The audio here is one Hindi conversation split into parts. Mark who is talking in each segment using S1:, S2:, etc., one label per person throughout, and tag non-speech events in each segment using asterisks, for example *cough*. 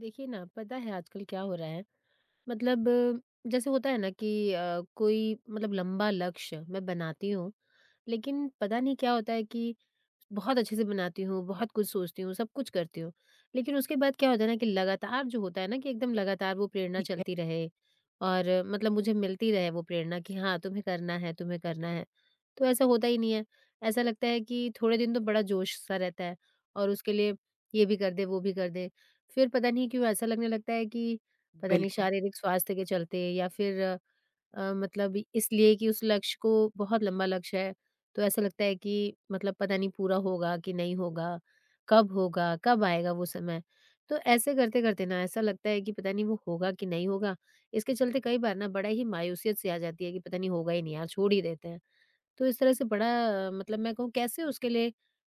S1: देखिए ना, पता है आजकल क्या हो रहा है, मतलब जैसे होता है ना कि कोई मतलब लंबा लक्ष्य मैं बनाती हूँ, लेकिन पता नहीं क्या होता है कि बहुत अच्छे से बनाती हूँ, बहुत कुछ सोचती हूँ, सब कुछ करती हूँ। लेकिन उसके बाद क्या होता है ना कि लगातार जो होता है ना कि एकदम लगातार वो प्रेरणा चलती रहे और मतलब मुझे मिलती रहे वो प्रेरणा कि हाँ, तुम्हें करना है, तुम्हें करना है। तो ऐसा होता ही नहीं है। ऐसा लगता है कि थोड़े दिन तो बड़ा जोश-सा रहता है और उसके लिए ये भी कर दे, वो भी कर दे। फिर पता नहीं क्यों ऐसा लगने लगता है कि पता नहीं
S2: बिल्कुल,
S1: शारीरिक स्वास्थ्य के चलते या फिर मतलब इसलिए कि उस लक्ष्य को, बहुत लंबा लक्ष्य है, तो ऐसा लगता है कि मतलब पता नहीं पूरा होगा कि नहीं होगा, कब होगा, कब आएगा वो समय। तो ऐसे करते-करते ना ऐसा लगता है कि पता नहीं वो होगा कि नहीं होगा, इसके चलते कई बार ना बड़ा ही मायूसियत सी आ जाती है कि पता नहीं होगा ही नहीं यार, छोड़ ही देते हैं। तो इस तरह से बड़ा मतलब मैं कहूँ कैसे उसके लिए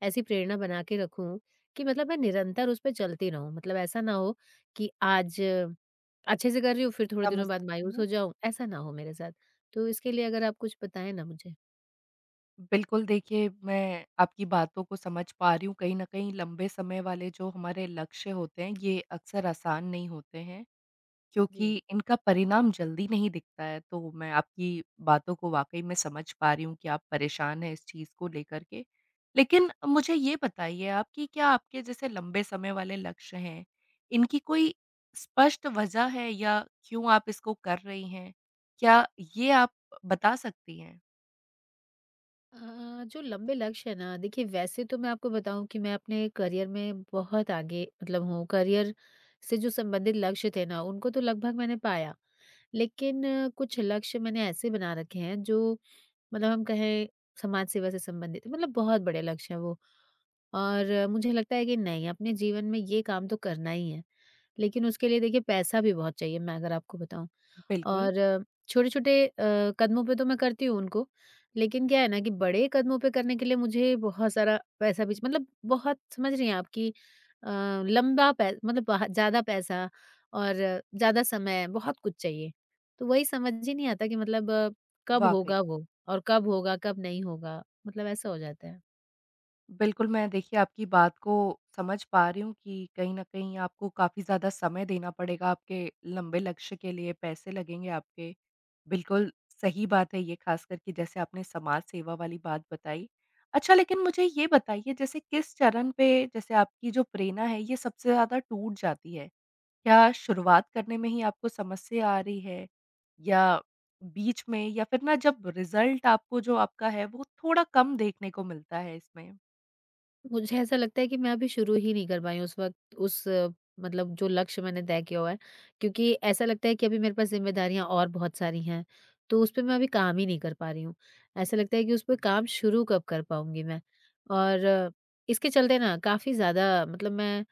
S1: ऐसी प्रेरणा बना के रखूं कि मतलब मैं निरंतर उस पे चलती रहूं, मतलब ऐसा ना हो कि आज अच्छे से कर रही हूँ, फिर थोड़े
S2: समझ
S1: दिनों बाद
S2: सकती
S1: मायूस हो
S2: हूँ।
S1: जाऊं, ऐसा ना हो मेरे साथ। तो इसके लिए अगर आप कुछ बताएं ना मुझे।
S2: बिल्कुल देखिए, मैं आपकी बातों को समझ पा रही हूँ, कहीं न कहीं लंबे समय वाले जो हमारे लक्ष्य होते हैं, ये अक्सर आसान नहीं होते हैं, क्योंकि
S1: जी।
S2: इनका परिणाम जल्दी नहीं दिखता है। तो मैं आपकी बातों को वाक़ई में समझ पा रही हूँ कि आप परेशान हैं इस चीज़ को लेकर के। लेकिन मुझे ये बताइए आप कि क्या आपके जैसे लंबे समय वाले लक्ष्य हैं, इनकी कोई स्पष्ट वजह है या क्यों आप इसको कर रही हैं? क्या ये आप बता सकती हैं?
S1: अ, जो लंबे लक्ष्य है ना, देखिए वैसे तो मैं आपको बताऊं कि मैं अपने करियर में बहुत आगे मतलब हूँ, करियर से जो संबंधित लक्ष्य थे ना उनको तो लगभग मैंने पाया। लेकिन कुछ लक्ष्य मैंने ऐसे बना रखे हैं जो, मतलब हम कहें, समाज सेवा से संबंधित, मतलब बहुत बड़े लक्ष्य हैं वो। और मुझे लगता है कि नहीं, अपने जीवन में ये काम तो करना ही है। लेकिन उसके लिए देखिए पैसा भी बहुत चाहिए, मैं अगर आपको बताऊँ।
S2: बिल्कुल,
S1: और छोटे-छोटे कदमों पे तो मैं करती हूँ उनको, लेकिन क्या है ना कि बड़े कदमों पे करने के लिए मुझे बहुत सारा पैसा भी मतलब बहुत, समझ रही हैं आप कि अ, लंबा पै मतलब बाह ज़्यादा पैसा और ज़्यादा समय बहुत कुछ चाहिए। तो वही समझ ही नहीं आता कि मतलब कब
S2: वाक़ई।
S1: होगा वो और कब होगा, कब नहीं होगा, मतलब ऐसा हो जाता है।
S2: बिल्कुल, मैं देखिए आपकी बात को समझ पा रही हूँ कि कहीं न कहीं आपको काफ़ी ज़्यादा समय देना पड़ेगा आपके लंबे लक्ष्य के लिए, पैसे लगेंगे आपके। बिल्कुल सही बात है ये, ख़ासकर कि जैसे आपने समाज सेवा वाली बात बताई। अच्छा, लेकिन मुझे ये बताइए, जैसे किस चरण पे, जैसे आपकी जो प्रेरणा है, ये सबसे ज़्यादा टूट जाती है? क्या शुरुआत करने में ही आपको समस्या आ रही है? या बीच में या फिर ना, जब रिज़ल्ट आपको जो आपका है वो थोड़ा कम देखने को मिलता है इसमें?
S1: मुझे ऐसा लगता है कि मैं अभी शुरू ही नहीं कर पाई हूँ उस वक़्त, उस मतलब जो लक्ष्य मैंने तय किया हुआ है, क्योंकि ऐसा लगता है कि अभी मेरे पास ज़िम्मेदारियाँ और बहुत सारी हैं, तो उस पे मैं अभी काम ही नहीं कर पा रही हूँ। ऐसा लगता है कि उस पे काम शुरू कब कर पाऊँगी मैं? और इसके चलते ना काफ़ी ज़्यादा मतलब मैं,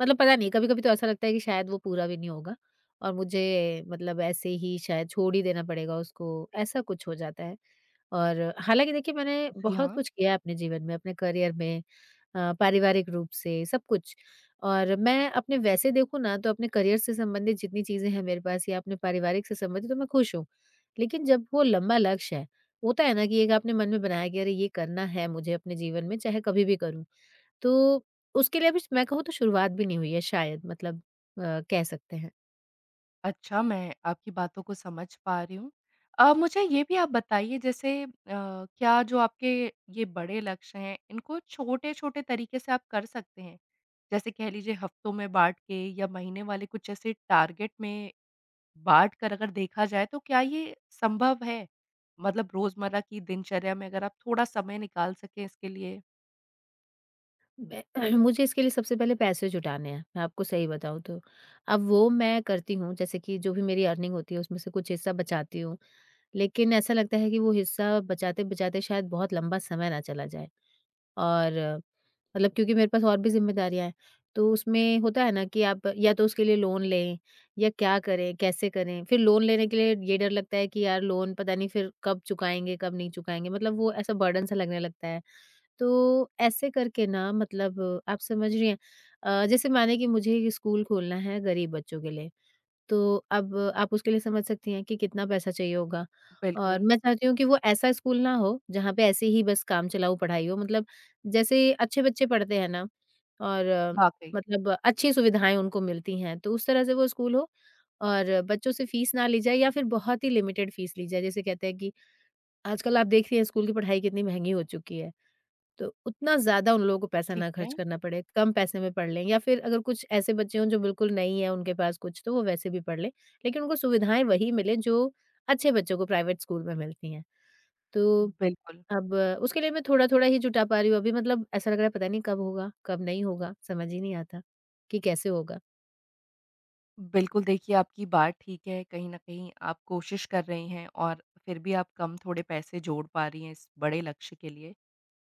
S1: मतलब पता नहीं कभी-कभी तो ऐसा लगता है कि शायद वो पूरा भी नहीं होगा और मुझे मतलब ऐसे ही शायद छोड़ ही देना पड़ेगा उसको, ऐसा कुछ हो जाता है। और हालाँकि देखिए मैंने
S2: जी,
S1: बहुत
S2: हाँ।
S1: कुछ किया है अपने जीवन में, अपने करियर में, पारिवारिक रूप से, सब कुछ। और मैं अपने वैसे देखूँ ना तो अपने करियर से संबंधित जितनी चीज़ें हैं मेरे पास या अपने पारिवारिक से संबंधित, तो मैं खुश हूँ। लेकिन जब वो लंबा लक्ष्य है, होता है ना कि एक आपने मन में बनाया कि अरे ये करना है मुझे अपने जीवन में, चाहे कभी भी करूँ। तो उसके लिए अभी मैं कहूँ तो शुरुआत भी नहीं हुई है शायद, मतलब कह सकते हैं।
S2: अच्छा, मैं आपकी बातों को समझ पा रही हूँ। मुझे ये भी आप बताइए, जैसे क्या जो आपके ये बड़े लक्ष्य हैं, इनको छोटे-छोटे तरीके से आप कर सकते हैं? जैसे कह लीजिए, हफ्तों में बाँट के या महीने वाले कुछ ऐसे टारगेट में बाँट कर अगर देखा जाए, तो क्या ये संभव है? मतलब रोज़मर्रा की दिनचर्या में अगर आप थोड़ा समय निकाल सकें इसके लिए?
S1: मैं *clears throat* मुझे इसके लिए सबसे पहले पैसे जुटाने हैं, मैं आपको सही बताऊँ तो। अब वो मैं करती हूँ, जैसे कि जो भी मेरी अर्निंग होती है उसमें से कुछ हिस्सा बचाती हूँ, लेकिन ऐसा लगता है कि वो हिस्सा बचाते-बचाते शायद बहुत लंबा समय ना चला जाए। और मतलब क्योंकि मेरे पास और भी ज़िम्मेदारियाँ हैं, तो उसमें होता है ना कि आप या तो उसके लिए लोन लें या क्या करें, कैसे करें? फिर लोन लेने के लिए ये डर लगता है कि यार लोन पता नहीं फिर कब चुकाएँगे, कब नहीं चुकाएँगे, मतलब वो ऐसा बर्डन सा लगने लगता है। तो ऐसे करके ना मतलब आप समझ रही हैं, जैसे माने कि मुझे एक स्कूल खोलना है गरीब बच्चों के लिए। तो अब आप उसके लिए समझ सकती हैं कि कितना पैसा चाहिए होगा। और
S2: बिल्कुल।
S1: मैं चाहती हूँ कि वो ऐसा स्कूल ना हो जहाँ पे ऐसे ही बस काम चलाऊ पढ़ाई हो, मतलब जैसे अच्छे बच्चे पढ़ते हैं ना, और
S2: वाक़ई,
S1: मतलब अच्छी सुविधाएँ उनको मिलती हैं, तो उस तरह से वो स्कूल हो। और बच्चों से फ़ीस ना ली जाए या फिर बहुत ही लिमिटेड फ़ीस ली जाए। जैसे कहते हैं कि आजकल आप देख रही हैं स्कूल की पढ़ाई कितनी महँगी हो चुकी है। तो उतना ज़्यादा उन लोगों को पैसा
S2: ठीक
S1: ना खर्च
S2: है।
S1: करना पड़े, कम पैसे में पढ़ लें, या फिर अगर कुछ ऐसे बच्चे हों जो बिल्कुल नहीं है उनके पास कुछ, तो वो वैसे भी पढ़ लें। लेकिन उनको सुविधाएँ वही मिलें जो अच्छे बच्चों को प्राइवेट स्कूल में मिलती हैं। तो
S2: बिल्कुल।
S1: अब उसके लिए मैं थोड़ा-थोड़ा ही जुटा पा रही हूँ अभी, मतलब ऐसा लग रहा है पता नहीं कब होगा, कब नहीं होगा, समझ ही नहीं आता कि कैसे होगा।
S2: बिल्कुल, देखिए आपकी बात ठीक है, कहीं न कहीं आप कोशिश कर रही हैं और फिर भी आप कम थोड़े पैसे जोड़ पा रही हैं इस बड़े लक्ष्य के लिए।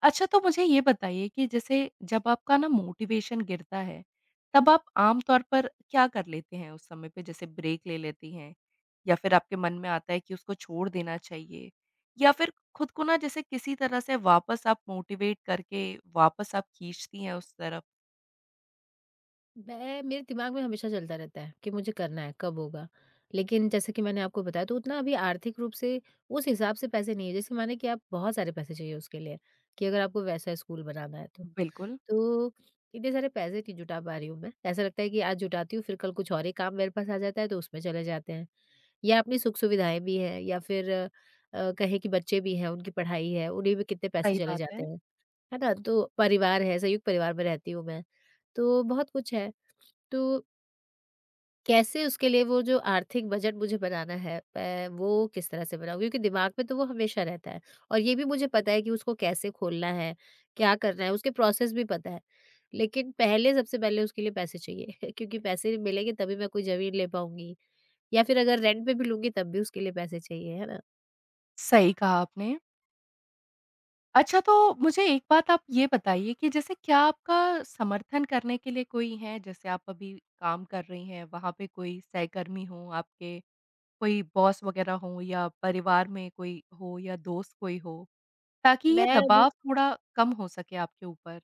S2: अच्छा, तो मुझे ये बताइए कि जैसे जब आपका ना मोटिवेशन गिरता है, तब आप आम तौर पर क्या कर लेते हैं उस समय पे? जैसे ब्रेक ले लेती हैं, या फिर आपके मन में आता है कि उसको छोड़ देना चाहिए, या फिर खुद को ना जैसे किसी तरह से वापस आप मोटिवेट करके वापस आप खींचती हैं उस तरफ?
S1: मैं मेरे दिमाग में हमेशा चलता रहता है कि मुझे करना है, कब होगा? लेकिन जैसे कि मैंने आपको बताया, तो उतना अभी आर्थिक रूप से उस हिसाब से पैसे नहीं है, जैसे माने कि आप बहुत सारे पैसे चाहिए उसके लिए, कि अगर आपको वैसा स्कूल बनाना है तो।
S2: बिल्कुल,
S1: तो इतने सारे पैसे नहीं जुटा पा रही हूँ मैं, ऐसा लगता है कि आज जुटाती हूँ, फिर कल कुछ और ही काम मेरे पास आ जाता है तो उसमें चले जाते हैं। या अपनी सुख-सुविधाएँ भी हैं, या फिर कहें कि बच्चे भी हैं, उनकी पढ़ाई है, उन्हीं में कितने पैसे
S2: सही
S1: चले
S2: बात है।
S1: जाते हैं, है ना? तो परिवार है, संयुक्त परिवार में रहती हूँ मैं, तो बहुत कुछ है। तो कैसे उसके लिए वो जो आर्थिक बजट मुझे बनाना है, मैं वो किस तरह से बनाऊँ? क्योंकि दिमाग में तो वो हमेशा रहता है, और ये भी मुझे पता है कि उसको कैसे खोलना है, क्या करना है, उसके प्रोसेस भी पता है। लेकिन पहले सबसे पहले उसके लिए पैसे चाहिए, *laughs* क्योंकि पैसे मिलेंगे तभी मैं कोई ज़मीन ले पाऊँगी, या फिर अगर रेंट पे भी लूँगी तब भी उसके लिए पैसे चाहिए, है ना?
S2: सही कहा आपने। अच्छा, तो मुझे एक बात आप ये बताइए कि जैसे, क्या आपका समर्थन करने के लिए कोई है? जैसे आप अभी काम कर रही हैं, वहाँ पे कोई सहकर्मी हो आपके, कोई बॉस वग़ैरह हो, या परिवार में कोई हो या दोस्त कोई हो, ताकि ये
S1: मैं
S2: दबाव थोड़ा कम हो सके आपके ऊपर?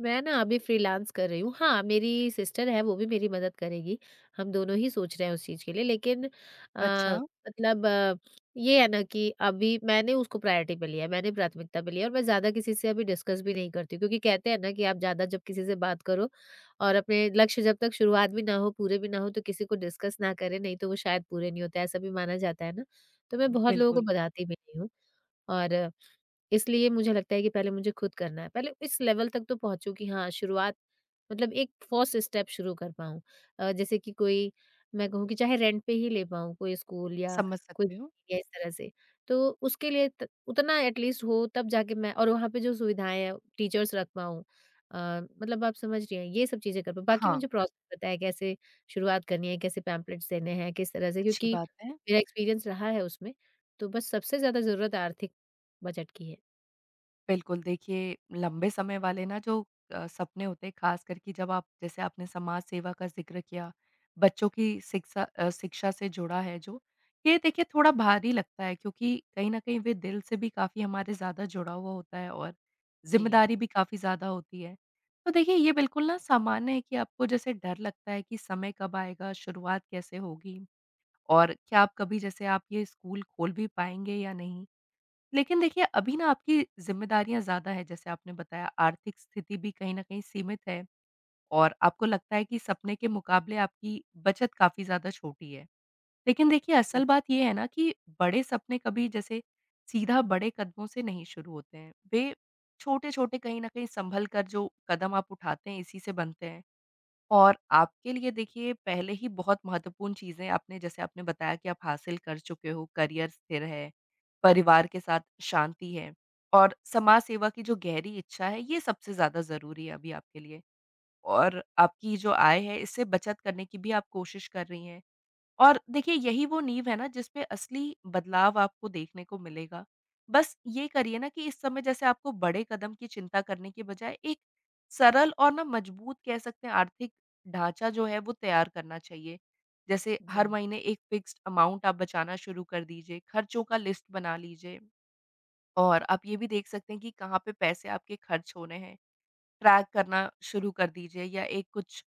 S1: मैं ना अभी फ्रीलांस कर रही हूँ। हाँ, मेरी सिस्टर है, वो भी मेरी मदद करेगी। हम दोनों ही सोच रहे हैं उस चीज़ के लिए, लेकिन
S2: अच्छा,
S1: मतलब ये है ना कि अभी मैंने उसको प्रायोरिटी पे लिया है, मैंने प्राथमिकता पे लिया है, और मैं ज़्यादा किसी से अभी डिस्कस भी नहीं करती हूँ, क्योंकि कहते हैं ना कि आप ज़्यादा जब किसी से बात करो और अपने लक्ष्य जब तक शुरुआत भी ना हो, पूरे भी ना हो, तो किसी को डिस्कस ना करें, नहीं तो वो शायद पूरे नहीं होते, ऐसा भी माना जाता है ना। तो मैं बहुत लोगों को
S2: बिल्कुल,
S1: बताती भी नहीं हूँ, और इसलिए मुझे लगता है कि पहले मुझे खुद करना है। पहले इस लेवल तक तो पहुँचूँ कि हाँ, शुरुआत, मतलब एक फर्स्ट स्टेप शुरू कर पाऊँ। जैसे कि कोई, मैं कहूँ कि चाहे रेंट पे ही ले पाऊँ, कोई स्कूल या
S2: समझ
S1: कोई *laughs*
S2: सकती हूँ।
S1: या इस तरह से। तो उसके लिए त उतना एटलीस्ट हो, तब जाके मैं और वहाँ पे जो सुविधाएँ हैं, टीचर्स रख पाऊँ। अ, मतलब आप समझ रही हैं, ये सब चीज़ें कर पाऊँ। बाकी
S2: हाँ,
S1: मुझे प्रोसेस पता है कैसे शुरुआत करनी है, कैसे पैम्पलेट्स देने हैं, किस तरह से,
S2: अच्छी
S1: क्योंकि
S2: बात है।
S1: मेरा एक्सपीरियंस रहा है उसमें। तो बस सबसे ज़्यादा ज़रूरत आर्थिक बजट की है।
S2: बिल्कुल, देखिए लंबे समय वाले ना जो सपने होते हैं, ख़ासकर कि जब आप, जैसे आपने समाज सेवा का ज़िक्र किया, बच्चों की शिक्षा, शिक्षा से जुड़ा है जो, ये देखिए थोड़ा भारी लगता है, क्योंकि कहीं न कहीं वे दिल से भी काफ़ी हमारे ज़्यादा जुड़ा हुआ होता है और
S1: जी,
S2: ज़िम्मेदारी भी काफ़ी ज़्यादा होती है। तो देखिए ये बिल्कुल ना सामान्य है कि आपको जैसे डर लगता है कि समय कब आएगा, शुरुआत कैसे होगी, और क्या आप कभी, जैसे आप ये स्कूल खोल भी पाएँगे या नहीं? लेकिन देखिए अभी ना आपकी ज़िम्मेदारियाँ ज़्यादा है, जैसे आपने बताया, आर्थिक स्थिति भी कहीं न कहीं सीमित है और आपको लगता है कि सपने के मुकाबले आपकी बचत काफ़ी ज़्यादा छोटी है। लेकिन देखिए
S1: जी,
S2: असल बात ये है ना कि बड़े सपने कभी जैसे सीधा बड़े कदमों से नहीं शुरू होते हैं। वे छोटे-छोटे, कहीं न कहीं संभल कर, जो कदम आप उठाते हैं, इसी से बनते हैं। और आपके लिए देखिए, पहले ही बहुत महत्वपूर्ण चीज़ें आपने, जैसे आपने बताया कि आप हासिल कर चुके हो, करियर स्थिर है, परिवार के साथ शांति है और समाज सेवा की जो गहरी इच्छा है, ये सबसे ज़्यादा ज़रूरी है अभी आपके लिए। और आपकी जो आय है, इससे बचत करने की भी आप कोशिश कर रही हैं। और देखिए, यही वो नींव है ना जिस पे असली बदलाव आपको देखने को मिलेगा। बस ये करिए ना कि इस समय, जैसे आपको बड़े कदम की चिंता करने के बजाय, एक सरल और ना मजबूत कह सकते हैं आर्थिक ढाँचा जो है, वो तैयार करना चाहिए। जैसे
S1: जी,
S2: हर महीने एक फ़िक्स्ड अमाउंट आप बचाना शुरू कर दीजिए, खर्चों का लिस्ट बना लीजिए, और आप ये भी देख सकते हैं कि कहाँ पे पैसे आपके खर्च हो रहे हैं। ट्रैक करना शुरू कर दीजिए, या एक कुछ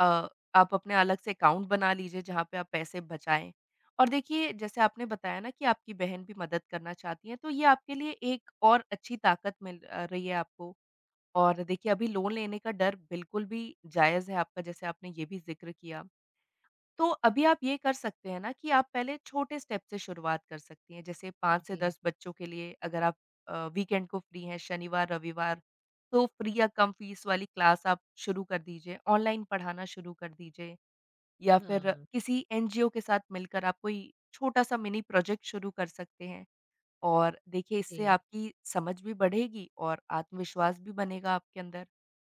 S2: अ, आप अपने अलग से अकाउंट बना लीजिए जहाँ पे आप पैसे बचाएँ। और देखिए, जैसे आपने बताया ना कि आपकी बहन भी मदद करना चाहती हैं, तो ये आपके लिए एक और अच्छी ताकत मिल रही है आपको। और देखिए, अभी लोन लेने का डर बिल्कुल भी जायज़ है आपका, जैसे आपने ये भी ज़िक्र किया। तो अभी आप ये कर सकते हैं ना कि आप पहले छोटे स्टेप से शुरुआत कर सकती हैं। जैसे 5 से
S1: जी।
S2: 10 बच्चों के लिए, अगर आप वीकेंड को फ्री हैं, शनिवार-रविवार, तो फ्री या कम फीस वाली क्लास आप शुरू कर दीजिए, ऑनलाइन पढ़ाना शुरू कर दीजिए। या फिर
S1: हाँ,
S2: किसी एनजीओ के साथ मिलकर आप कोई छोटा-सा मिनी प्रोजेक्ट शुरू कर सकते हैं। और देखिए, इससे
S1: जी,
S2: आपकी समझ भी बढ़ेगी और आत्मविश्वास भी बनेगा आपके अंदर।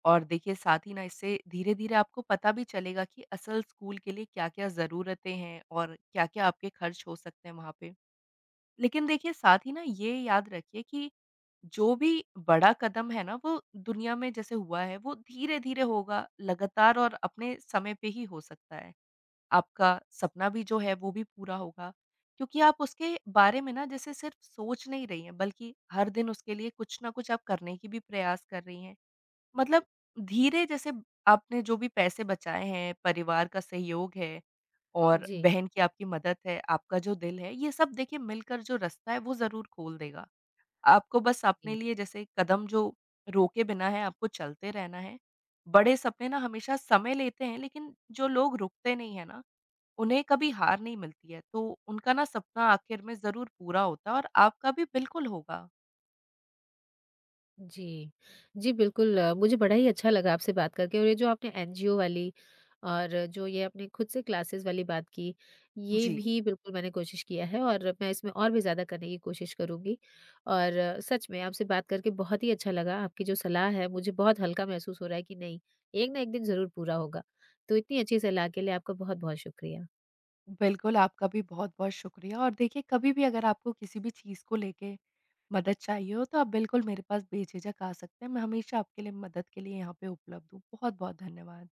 S2: और देखिए साथ ही ना, इससे धीरे-धीरे आपको पता भी चलेगा कि असल स्कूल के लिए क्या-क्या ज़रूरतें हैं और क्या-क्या आपके खर्च हो सकते हैं वहाँ पे। लेकिन देखिए साथ ही ना, ये याद रखिए कि जो भी बड़ा कदम है ना, वो दुनिया में जैसे हुआ है, वो धीरे-धीरे होगा, लगातार और अपने समय पे ही हो सकता है। आपका सपना भी जो है, वो भी पूरा होगा, क्योंकि आप उसके बारे में ना जैसे सिर्फ सोच नहीं रही हैं, बल्कि हर दिन उसके लिए कुछ ना कुछ आप करने की भी प्रयास कर रही हैं। मतलब धीरे, जैसे आपने जो भी पैसे बचाए हैं, परिवार का सहयोग है और
S1: जी,
S2: बहन की आपकी मदद है, आपका जो दिल है, ये सब देखिए मिलकर जो रास्ता है, वो ज़रूर खोल देगा। आपको बस अपने
S1: जी,
S2: लिए, जैसे कदम जो रोके बिना है, आपको चलते रहना है। बड़े सपने ना हमेशा समय लेते हैं, लेकिन जो लोग रुकते नहीं है ना, उन्हें कभी हार नहीं मिलती है, तो उनका ना सपना आखिर में ज़रूर पूरा होता है और आपका भी बिल्कुल होगा।
S1: जी। जी, बिल्कुल। मुझे बड़ा ही अच्छा लगा आपसे बात करके, और ये जो आपने एनजीओ वाली और जो ये आपने खुद से क्लासेस वाली बात की, ये
S2: जी,
S1: भी बिल्कुल मैंने कोशिश किया है, और मैं इसमें और भी ज़्यादा करने की कोशिश करूँगी। और सच में आपसे बात करके बहुत ही अच्छा लगा। आपकी जो सलाह है, मुझे बहुत हल्का महसूस हो रहा है कि नहीं, एक ना एक दिन ज़रूर पूरा होगा। तो इतनी अच्छी सलाह के लिए आपका बहुत-बहुत शुक्रिया।
S2: बिल्कुल, आपका भी बहुत-बहुत शुक्रिया, और देखिए कभी भी अगर आपको किसी भी चीज़ को लेके मदद चाहिए हो, तो आप बिल्कुल मेरे पास बेझिझक आ सकते हैं। मैं हमेशा आपके लिए मदद के लिए यहाँ पे उपलब्ध हूँ। बहुत-बहुत धन्यवाद।